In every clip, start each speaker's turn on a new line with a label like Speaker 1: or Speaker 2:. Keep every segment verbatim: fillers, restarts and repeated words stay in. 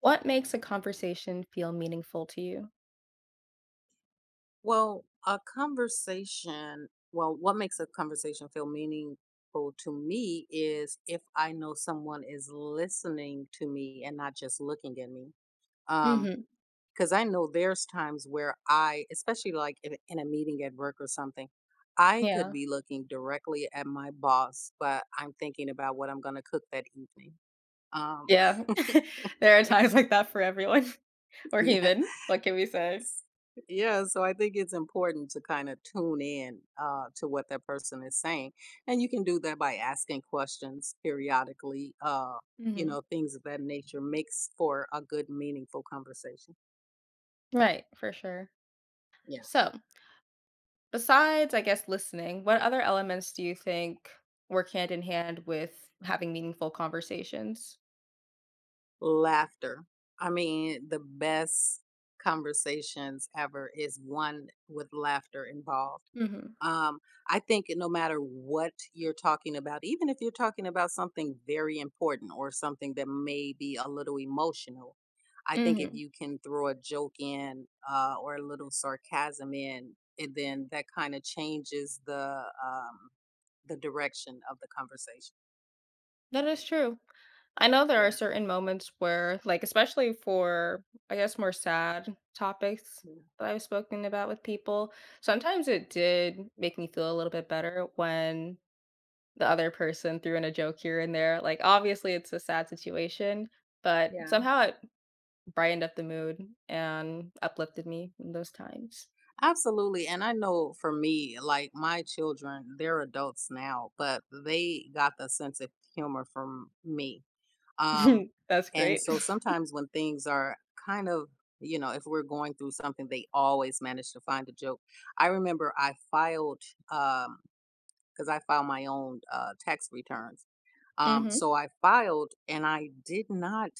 Speaker 1: What makes a conversation feel meaningful to you?
Speaker 2: Well, a conversation, well, what makes a conversation feel meaningful to me is if I know someone is listening to me and not just looking at me. Um,
Speaker 1: Mhm.
Speaker 2: because I know there's times where I, especially like in, in a meeting at work or something, I could
Speaker 1: Yeah.
Speaker 2: be looking directly at my boss, but I'm thinking about what I'm going to cook that evening. Um,
Speaker 1: Yeah. There are times like that for everyone. We're
Speaker 2: yeah.
Speaker 1: human. What can we say?
Speaker 2: S- Yeah, so I think it's important to kind of tune in uh, to what that person is saying. And you can do that by asking questions periodically, uh, you
Speaker 1: Mhm.
Speaker 2: know, things of that nature makes for a good, meaningful conversation.
Speaker 1: Right, for sure.
Speaker 2: Yeah.
Speaker 1: So, besides, I guess, listening, what other elements do you think work hand in hand with having meaningful conversations?
Speaker 2: Laughter. I mean, the best conversations ever is one with laughter involved.
Speaker 1: Mhm.
Speaker 2: Um, I think no matter what you're talking about, even if you're talking about something very important or something that may be a little emotional, I think if
Speaker 1: Mhm.
Speaker 2: you can throw a joke in uh, or a little sarcasm in, it then that kind of changes the um, the direction of the conversation.
Speaker 1: That is true. I know there are
Speaker 2: Yeah.
Speaker 1: certain moments where, like, especially for, I guess, more sad topics
Speaker 2: Yeah.
Speaker 1: that I've spoken about with people, sometimes it did make me feel a little bit better when the other person threw in a joke here and there. Like, obviously, it's a sad situation, but
Speaker 2: Yeah.
Speaker 1: somehow it brightened up the mood and uplifted me in those times.
Speaker 2: Absolutely. And I know for me, like my children, they're adults now, but they got the sense of humor from me. Um,
Speaker 1: That's
Speaker 2: and
Speaker 1: great.
Speaker 2: so sometimes when things are kind of, you know, if we're going through something, they always manage to find a joke. I remember I filed, um, because I filed my own uh, tax returns. Um,
Speaker 1: Hmm.
Speaker 2: so I filed and I did not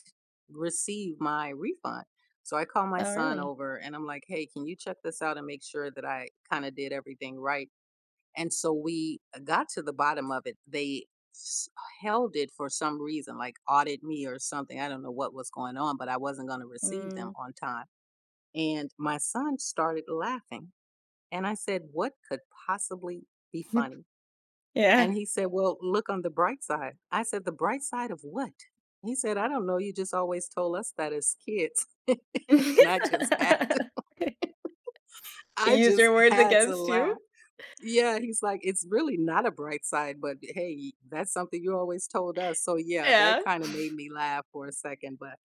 Speaker 2: receive my refund. So I called my
Speaker 1: Oh,
Speaker 2: son
Speaker 1: really?
Speaker 2: over and I'm like, hey, can you check this out and make sure that I kind of did everything right? And so we got to the bottom of it. They s- held it for some reason, like audit me or something. I don't know what was going on, but I wasn't going to receive them
Speaker 1: Mm,
Speaker 2: on time. And my son started laughing. And I said, what could possibly be funny?
Speaker 1: yeah.
Speaker 2: And he said, well, look on the bright side. I said, the bright side of what? He said, I don't know. You just always told us that as kids. And I just had to,
Speaker 1: You
Speaker 2: I
Speaker 1: used
Speaker 2: just
Speaker 1: your words
Speaker 2: had to
Speaker 1: against you?
Speaker 2: laugh. Yeah, he's like, "It's really not a bright side, but eh, hey, that's something you always told us." So yeah, that
Speaker 1: Yeah.
Speaker 2: kind of made me laugh for a second, but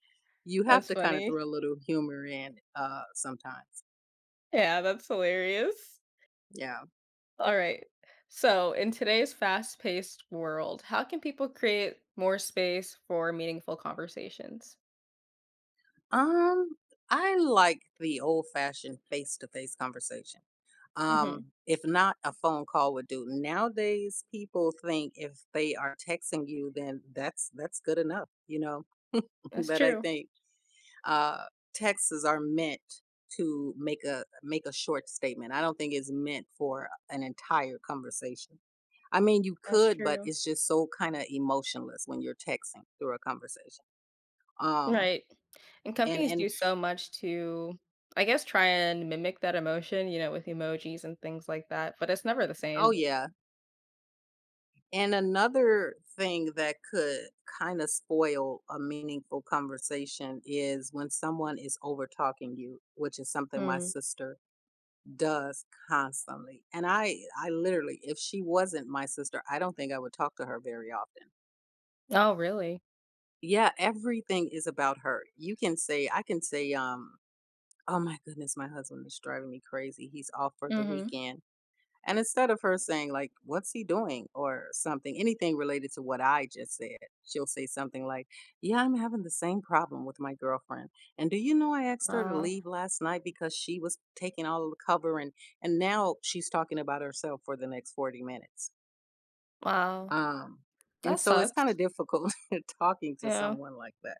Speaker 2: you have
Speaker 1: That's
Speaker 2: to kind of
Speaker 1: funny.
Speaker 2: throw a little humor in uh sometimes.
Speaker 1: Yeah, that's hilarious.
Speaker 2: Yeah.
Speaker 1: All right. So, in today's fast-paced world, how can people create more space for meaningful conversations?
Speaker 2: Um I like the old-fashioned face-to-face conversation.
Speaker 1: Hmm.
Speaker 2: Um if not, a phone call would do. Nowadays people think if they are texting you then that's that's good enough, you know.
Speaker 1: That's
Speaker 2: But I
Speaker 1: true.
Speaker 2: think uh, texts are meant to make a make a short statement. I don't think it's meant for an entire conversation. I mean, you
Speaker 1: That's
Speaker 2: could, but
Speaker 1: true.
Speaker 2: it's just so kind of emotionless when you're texting through a conversation. Um,
Speaker 1: Right. And
Speaker 2: and
Speaker 1: companies
Speaker 2: and
Speaker 1: do so much to, I guess, try and mimic that emotion, you know, with emojis and things like that, but it's never the
Speaker 2: Oh
Speaker 1: same.
Speaker 2: yeah, and another thing that could kind of spoil a meaningful conversation is when someone is over talking you, which is something my
Speaker 1: Mm.
Speaker 2: sister does constantly. And I I literally, if she wasn't my sister, I don't think I would talk to her very often.
Speaker 1: Oh, really?
Speaker 2: Yeah, everything is about her. You can say I can say, um oh my goodness, my husband is driving me crazy. He's off for the
Speaker 1: Mm-hmm.
Speaker 2: weekend, and instead of her saying, like, what's he doing or something, anything related to what I just said, she'll say something like, yeah, I'm having the same problem with my girlfriend. And do you know I asked her to
Speaker 1: Wow.
Speaker 2: leave last night because she was taking all of the cover and, and now she's talking about herself for the next forty minutes.
Speaker 1: Wow.
Speaker 2: Um,
Speaker 1: That
Speaker 2: and so it's kind
Speaker 1: sucks.
Speaker 2: of difficult talking to
Speaker 1: Yeah.
Speaker 2: someone like that.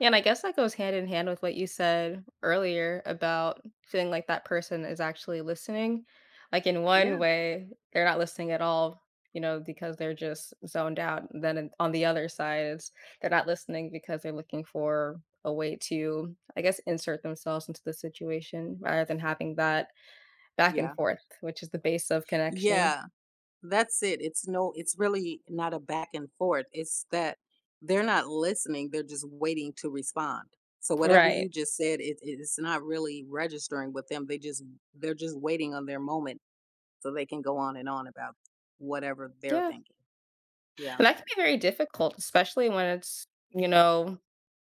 Speaker 1: Yeah, and I guess that goes hand in hand with what you said earlier about feeling like that person is actually listening. Like in one
Speaker 2: Yeah.
Speaker 1: way, they're not listening at all, you know, because they're just zoned out. And then in- on the other side, it's they're not listening because they're looking for a way to, I guess, insert themselves into the situation rather than having that back and
Speaker 2: Yeah.
Speaker 1: forth, which is the base of connection.
Speaker 2: Yeah. That's it. It's no, it's really not a back and forth. It's that they're not listening. They're just waiting to respond. So whatever
Speaker 1: Right.
Speaker 2: you just said, it, it- it's not really registering with them. They just, they're just waiting on their moment so they can go on and on about whatever they're
Speaker 1: Yeah.
Speaker 2: thinking. Yeah.
Speaker 1: And that can be very difficult, especially when it's, you know,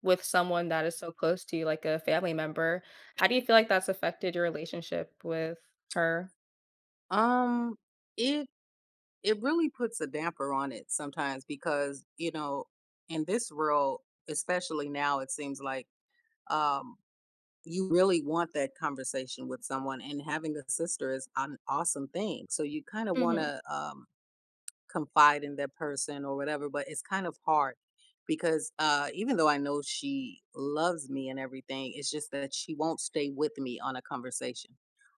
Speaker 1: with someone that is so close to you, like a family member. How do you feel like that's affected your relationship with her?
Speaker 2: Um, it, it really puts a damper on it sometimes because, you know, in this world, especially now, it seems like, um, you really want that conversation with someone, and having a sister is an awesome thing, so you kind of want
Speaker 1: Mhm,
Speaker 2: to, um, confide in that person or whatever, but it's kind of hard because uh, even though I know she loves me and everything, it's just that she won't stay with me on a conversation.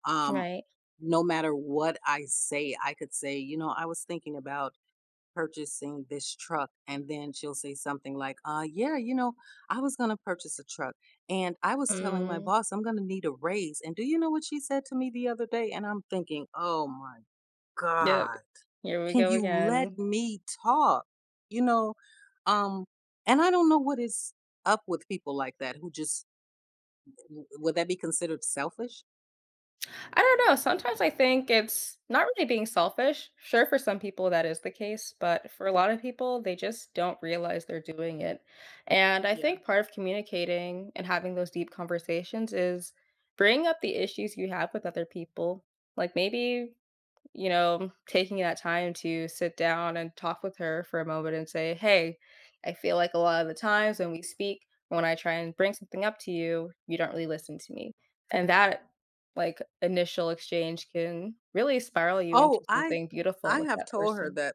Speaker 2: um,
Speaker 1: right.
Speaker 2: no matter what I say, I could say, you know, I was thinking about purchasing this truck, and then she'll say something like, uh yeah, you know, I was going to purchase a truck, and I was telling my
Speaker 1: Mm,
Speaker 2: boss I'm going to need a raise, and do you know what she said to me the other day? And I'm thinking, oh my
Speaker 1: yep,
Speaker 2: god,
Speaker 1: here we
Speaker 2: can
Speaker 1: go
Speaker 2: you let
Speaker 1: again.
Speaker 2: me talk? you know um and I don't know what is up with people like that who just w- would that be considered selfish?
Speaker 1: I don't know, sometimes I think it's not really being selfish. Sure, for some people that is the case, but for a lot of people, they just don't realize they're doing it. And I
Speaker 2: Yeah.
Speaker 1: think part of communicating and having those deep conversations is bringing up the issues you have with other people. Like maybe, you know, taking that time to sit down and talk with her for a moment and say, "Hey, I feel like a lot of the times when we speak, when I try and bring something up to you, you don't really listen to me." And that, like, initial exchange can really spiral you into
Speaker 2: oh i
Speaker 1: something beautiful
Speaker 2: i
Speaker 1: with
Speaker 2: have
Speaker 1: that
Speaker 2: told her
Speaker 1: person.
Speaker 2: that.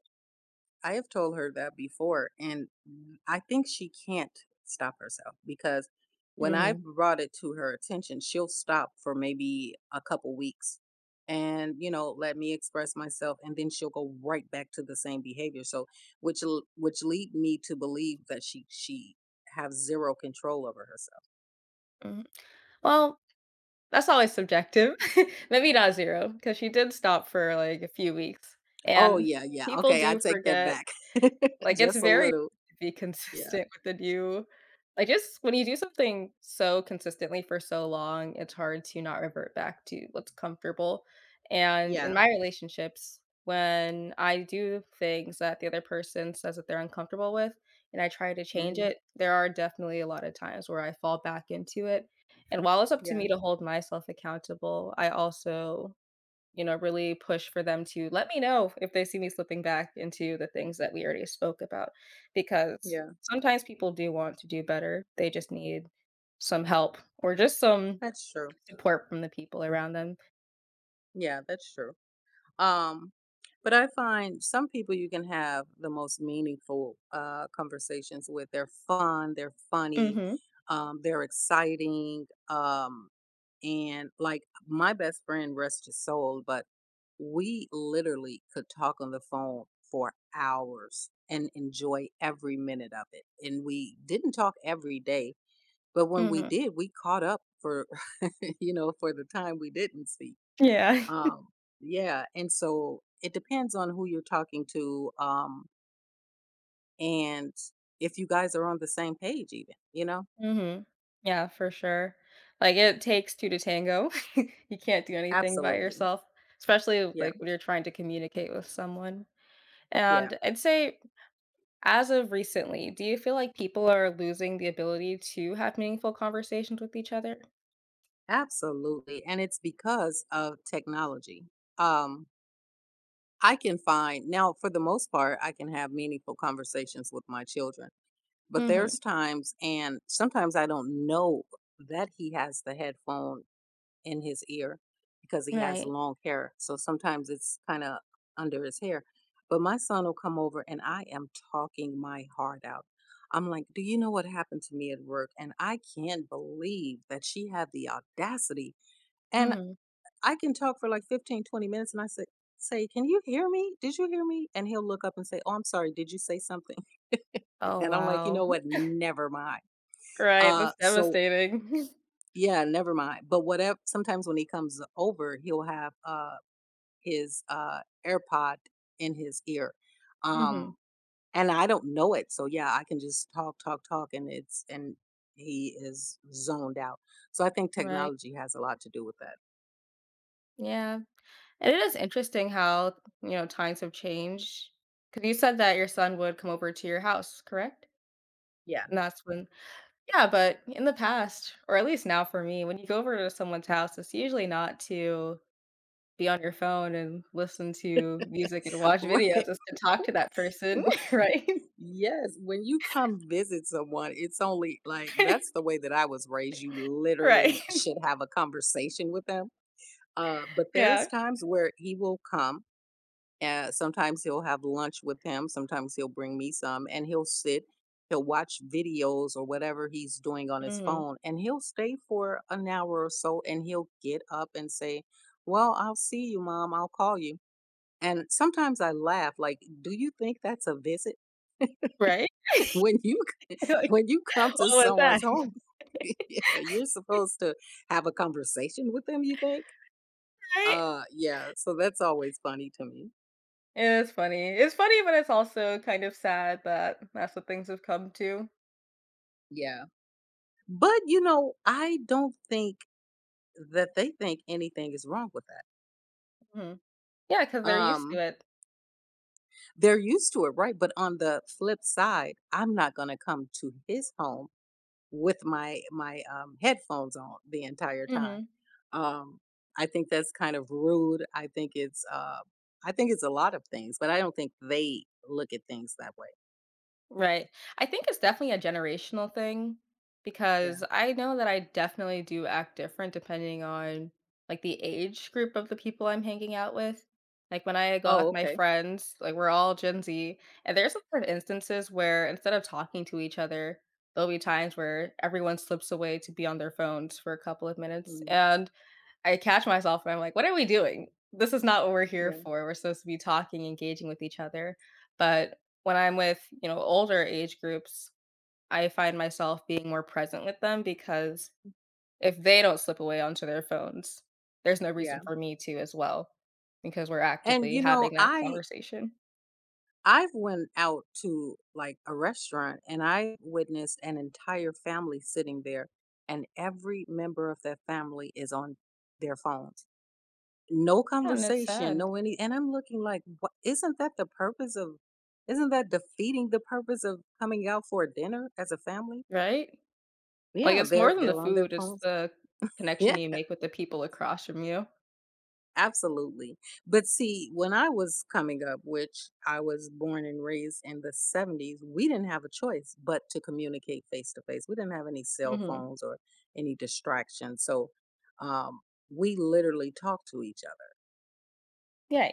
Speaker 2: I have told her that before, and mm, I think she can't stop herself because when I
Speaker 1: Mhm.
Speaker 2: brought it to her attention, she'll stop for maybe a couple weeks and, you know, let me express myself, and then she'll go right back to the same behavior. So, which l- which lead me to believe that she she have zero control over herself.
Speaker 1: Mhm. Well, that's always subjective. Maybe not zero, because she did stop for like a few weeks,
Speaker 2: Oh,
Speaker 1: and
Speaker 2: yeah, yeah.
Speaker 1: people
Speaker 2: Okay, I
Speaker 1: do
Speaker 2: take that
Speaker 1: forget.
Speaker 2: back.
Speaker 1: Like, it's
Speaker 2: Just a
Speaker 1: very hard
Speaker 2: little.
Speaker 1: to be
Speaker 2: Yeah.
Speaker 1: consistent with the new. Like, just when you do something so consistently for so long, it's hard to not revert back to what's comfortable, and in
Speaker 2: Yeah.
Speaker 1: my relationships, when I do things that the other person says that they're uncomfortable with, and I try to change
Speaker 2: Hmm.
Speaker 1: it, there are definitely a lot of times where I fall back into it, and while it's up to
Speaker 2: Yeah.
Speaker 1: me to hold myself accountable, I also, you know, really push for them to let me know if they see me slipping back into the things that we already spoke about because
Speaker 2: Yeah.
Speaker 1: sometimes people do want to do better. They just need some help or just some
Speaker 2: That's true.
Speaker 1: support from the people around them.
Speaker 2: Yeah, that's true. Um, but I find some people you can have the most meaningful uh, conversations with. They're fun, they're funny,
Speaker 1: Mhm.
Speaker 2: um, they're exciting. Um, and like my best friend, rest his soul, but we literally could talk on the phone for hours and enjoy every minute of it. And we didn't talk every day, but when we
Speaker 1: Mhm.
Speaker 2: did, we caught up for, you know, for the time we didn't see.
Speaker 1: Yeah.
Speaker 2: Um, yeah, and so it depends on who you're talking to, um, and if you guys are on the same page, even, you know?
Speaker 1: Mhm. Yeah, for sure. Like it takes two to tango. You can't do anything by
Speaker 2: Absolutely.
Speaker 1: yourself, especially
Speaker 2: Yeah,
Speaker 1: like when you're trying to communicate with someone.
Speaker 2: yeah,
Speaker 1: And I'd say, as of recently, do you feel like people are losing the ability to have meaningful conversations with each other?
Speaker 2: absolutely. And it's because of technology. Um, I can find now, for the most part, I can have meaningful conversations with my children, but
Speaker 1: Mhm.
Speaker 2: there's times, and sometimes I don't know that he has the headphone in his ear because he has
Speaker 1: Right.
Speaker 2: long hair. So sometimes it's kind of under his hair. But my son will come over and I am talking my heart out. I'm like, do you know what happened to me at work? And I can't believe that she had the audacity. And
Speaker 1: Mhm.
Speaker 2: I can talk for like fifteen, twenty minutes. And I say, say, can you hear me? Did you hear me? And he'll look up and say, oh, I'm sorry. Did you say something?
Speaker 1: Oh,
Speaker 2: And I'm like, you
Speaker 1: wow.
Speaker 2: know what? Never mind.
Speaker 1: Right,
Speaker 2: Uh,
Speaker 1: that's
Speaker 2: so
Speaker 1: devastating.
Speaker 2: yeah, never mind. But whatever, sometimes when he comes over, he'll have, uh, his, uh, AirPod in his ear.
Speaker 1: Mhm.
Speaker 2: Um, and I don't know it, so yeah, I can just talk, talk, talk, and it's and he is zoned out. So I think
Speaker 1: Right.
Speaker 2: technology has a lot to do with that.
Speaker 1: Yeah. And it is interesting how, you know, times have changed. Because you said that your son would come over to your house, correct?
Speaker 2: Yeah.
Speaker 1: And that's when, yeah, but in the past, or at least now for me, when you go over to someone's house, it's usually not to be on your phone and listen to music and watch
Speaker 2: Right.
Speaker 1: videos, it's to talk to that person,
Speaker 2: Wh-
Speaker 1: right?
Speaker 2: Yes, when you come visit someone, it's only like, that's the way that I was raised. You
Speaker 1: Right.
Speaker 2: literally should have a conversation with them. Uh, but there's
Speaker 1: Yeah.
Speaker 2: times where he will come. Uh, sometimes he'll have lunch with him. Sometimes he'll bring me some and he'll sit, he'll watch videos or whatever he's doing on his
Speaker 1: Mhm.
Speaker 2: phone, and he'll stay for an hour or so and he'll get up and say, well, I'll see you, mom. I'll call you. And sometimes I laugh, like, do you think that's a visit?
Speaker 1: Right?
Speaker 2: when you
Speaker 1: Like,
Speaker 2: When you come
Speaker 1: "What
Speaker 2: to
Speaker 1: was that?"
Speaker 2: someone's home, yeah, you're supposed to have a conversation with them, you think?
Speaker 1: Right?
Speaker 2: Uh yeah, so that's always funny to me.
Speaker 1: It's funny. It's funny, but it's also kind of sad that that's what things have come to.
Speaker 2: Yeah. But you know, I don't think that they think anything is wrong with that.
Speaker 1: Mhm. because 'cause they're used to
Speaker 2: Um,
Speaker 1: it.
Speaker 2: they're used to it, right? But on the flip side, I'm not gonna come to his home with my my um, headphones on the entire time.
Speaker 1: Mhm.
Speaker 2: Um, I think that's kind of rude. I think it's uh, I think it's a lot of things, but I don't think they look at things that way.
Speaker 1: Right. I think it's definitely a generational thing
Speaker 2: Yeah.
Speaker 1: because I know that I definitely do act different depending on like the age group of the people I'm hanging out with. Like when I go out
Speaker 2: Oh,
Speaker 1: with my
Speaker 2: okay.
Speaker 1: friends, like we're all Gen Z, and there's certain instances where instead of talking to each other, there'll be times where everyone slips away to be on their phones for a couple of minutes.
Speaker 2: Mm,
Speaker 1: And I catch myself and I'm like, what are we doing? This is not what we're here
Speaker 2: yeah,
Speaker 1: for. We're supposed to be talking, engaging with each other. But when I'm with, you know, older age groups, I find myself being more present with them because if they don't slip away onto their phones, there's no
Speaker 2: yeah.
Speaker 1: reason for me to as well because we're
Speaker 2: And
Speaker 1: actively
Speaker 2: you know,
Speaker 1: having that
Speaker 2: I
Speaker 1: conversation.
Speaker 2: I've went out to like a restaurant and I witnessed an entire family sitting there, and every member of that family is on their phones. No
Speaker 1: Yeah, and it's
Speaker 2: conversation,
Speaker 1: sad,
Speaker 2: no any and I'm looking like, what, isn't that the purpose of isn't that defeating the purpose of coming out for a dinner as a family?
Speaker 1: right? Like
Speaker 2: Yeah,
Speaker 1: it's more
Speaker 2: they're
Speaker 1: than the
Speaker 2: they're on their
Speaker 1: food, it's
Speaker 2: phones.
Speaker 1: the
Speaker 2: Yeah.
Speaker 1: connection you make with the people across from you.
Speaker 2: Absolutely. But see, when I was coming up, which I was born and raised in the seventies, we didn't have a choice but to communicate face to face. We didn't have any cell
Speaker 1: Hmm.
Speaker 2: phones or any distractions. So um, we literally talked to each other.
Speaker 1: Yeah.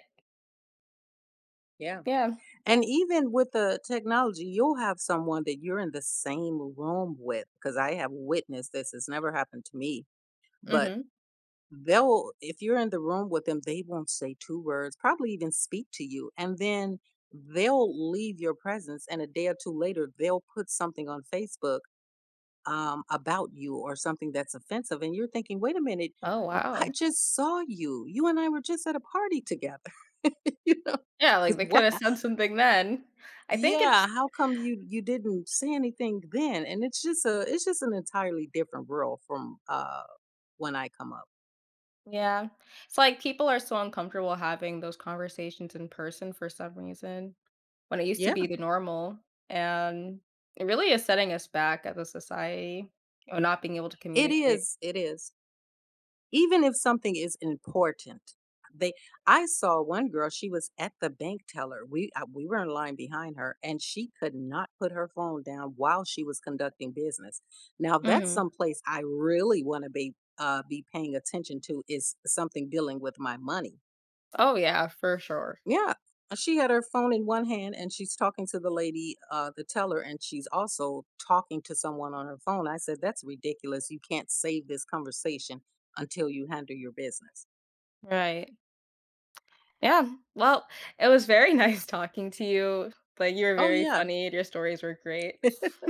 Speaker 2: Yeah.
Speaker 1: Yeah.
Speaker 2: And even with the technology, you'll have someone that you're in the same room with, because I have witnessed this. It's never happened to me, but
Speaker 1: Hmm.
Speaker 2: they'll, if you're in the room with them, they won't say two words, probably even speak to you, and then they'll leave your presence, and a day or two later they'll put something on Facebook, um, about you or something that's offensive, and you're thinking, wait a minute,
Speaker 1: Oh,
Speaker 2: I
Speaker 1: wow.
Speaker 2: just saw you you and I were just at a party together. You know,
Speaker 1: Yeah, like, they
Speaker 2: what,
Speaker 1: coulda said something then. I think it's
Speaker 2: yeah, how come you you didn't say anything then? And it's just a, it's just an entirely different world from uh when I come up.
Speaker 1: yeah. It's like people are so uncomfortable having those conversations in person for some reason, when it used to
Speaker 2: Yeah.
Speaker 1: be the normal, and it really is setting us back as a society, or not being able to
Speaker 2: It
Speaker 1: communicate.
Speaker 2: is it is. Even if something is important, they I saw one girl, she was at the bank teller. We uh, we were in line behind her and she could not put her phone down while she was conducting business. Now that's
Speaker 1: Mhm.
Speaker 2: someplace I really want to be, uh be paying attention to, is something dealing with my money.
Speaker 1: Oh, yeah, for sure.
Speaker 2: Yeah. Uh, she had her phone in one hand and she's talking to the lady, uh, the teller, and she's also talking to someone on her phone. I said, that's ridiculous. You can't save this conversation until you handle your business.
Speaker 1: Right. Yeah. Well, it was very nice talking to you. Like, you were
Speaker 2: Oh
Speaker 1: very
Speaker 2: yeah.
Speaker 1: funny and your stories were great.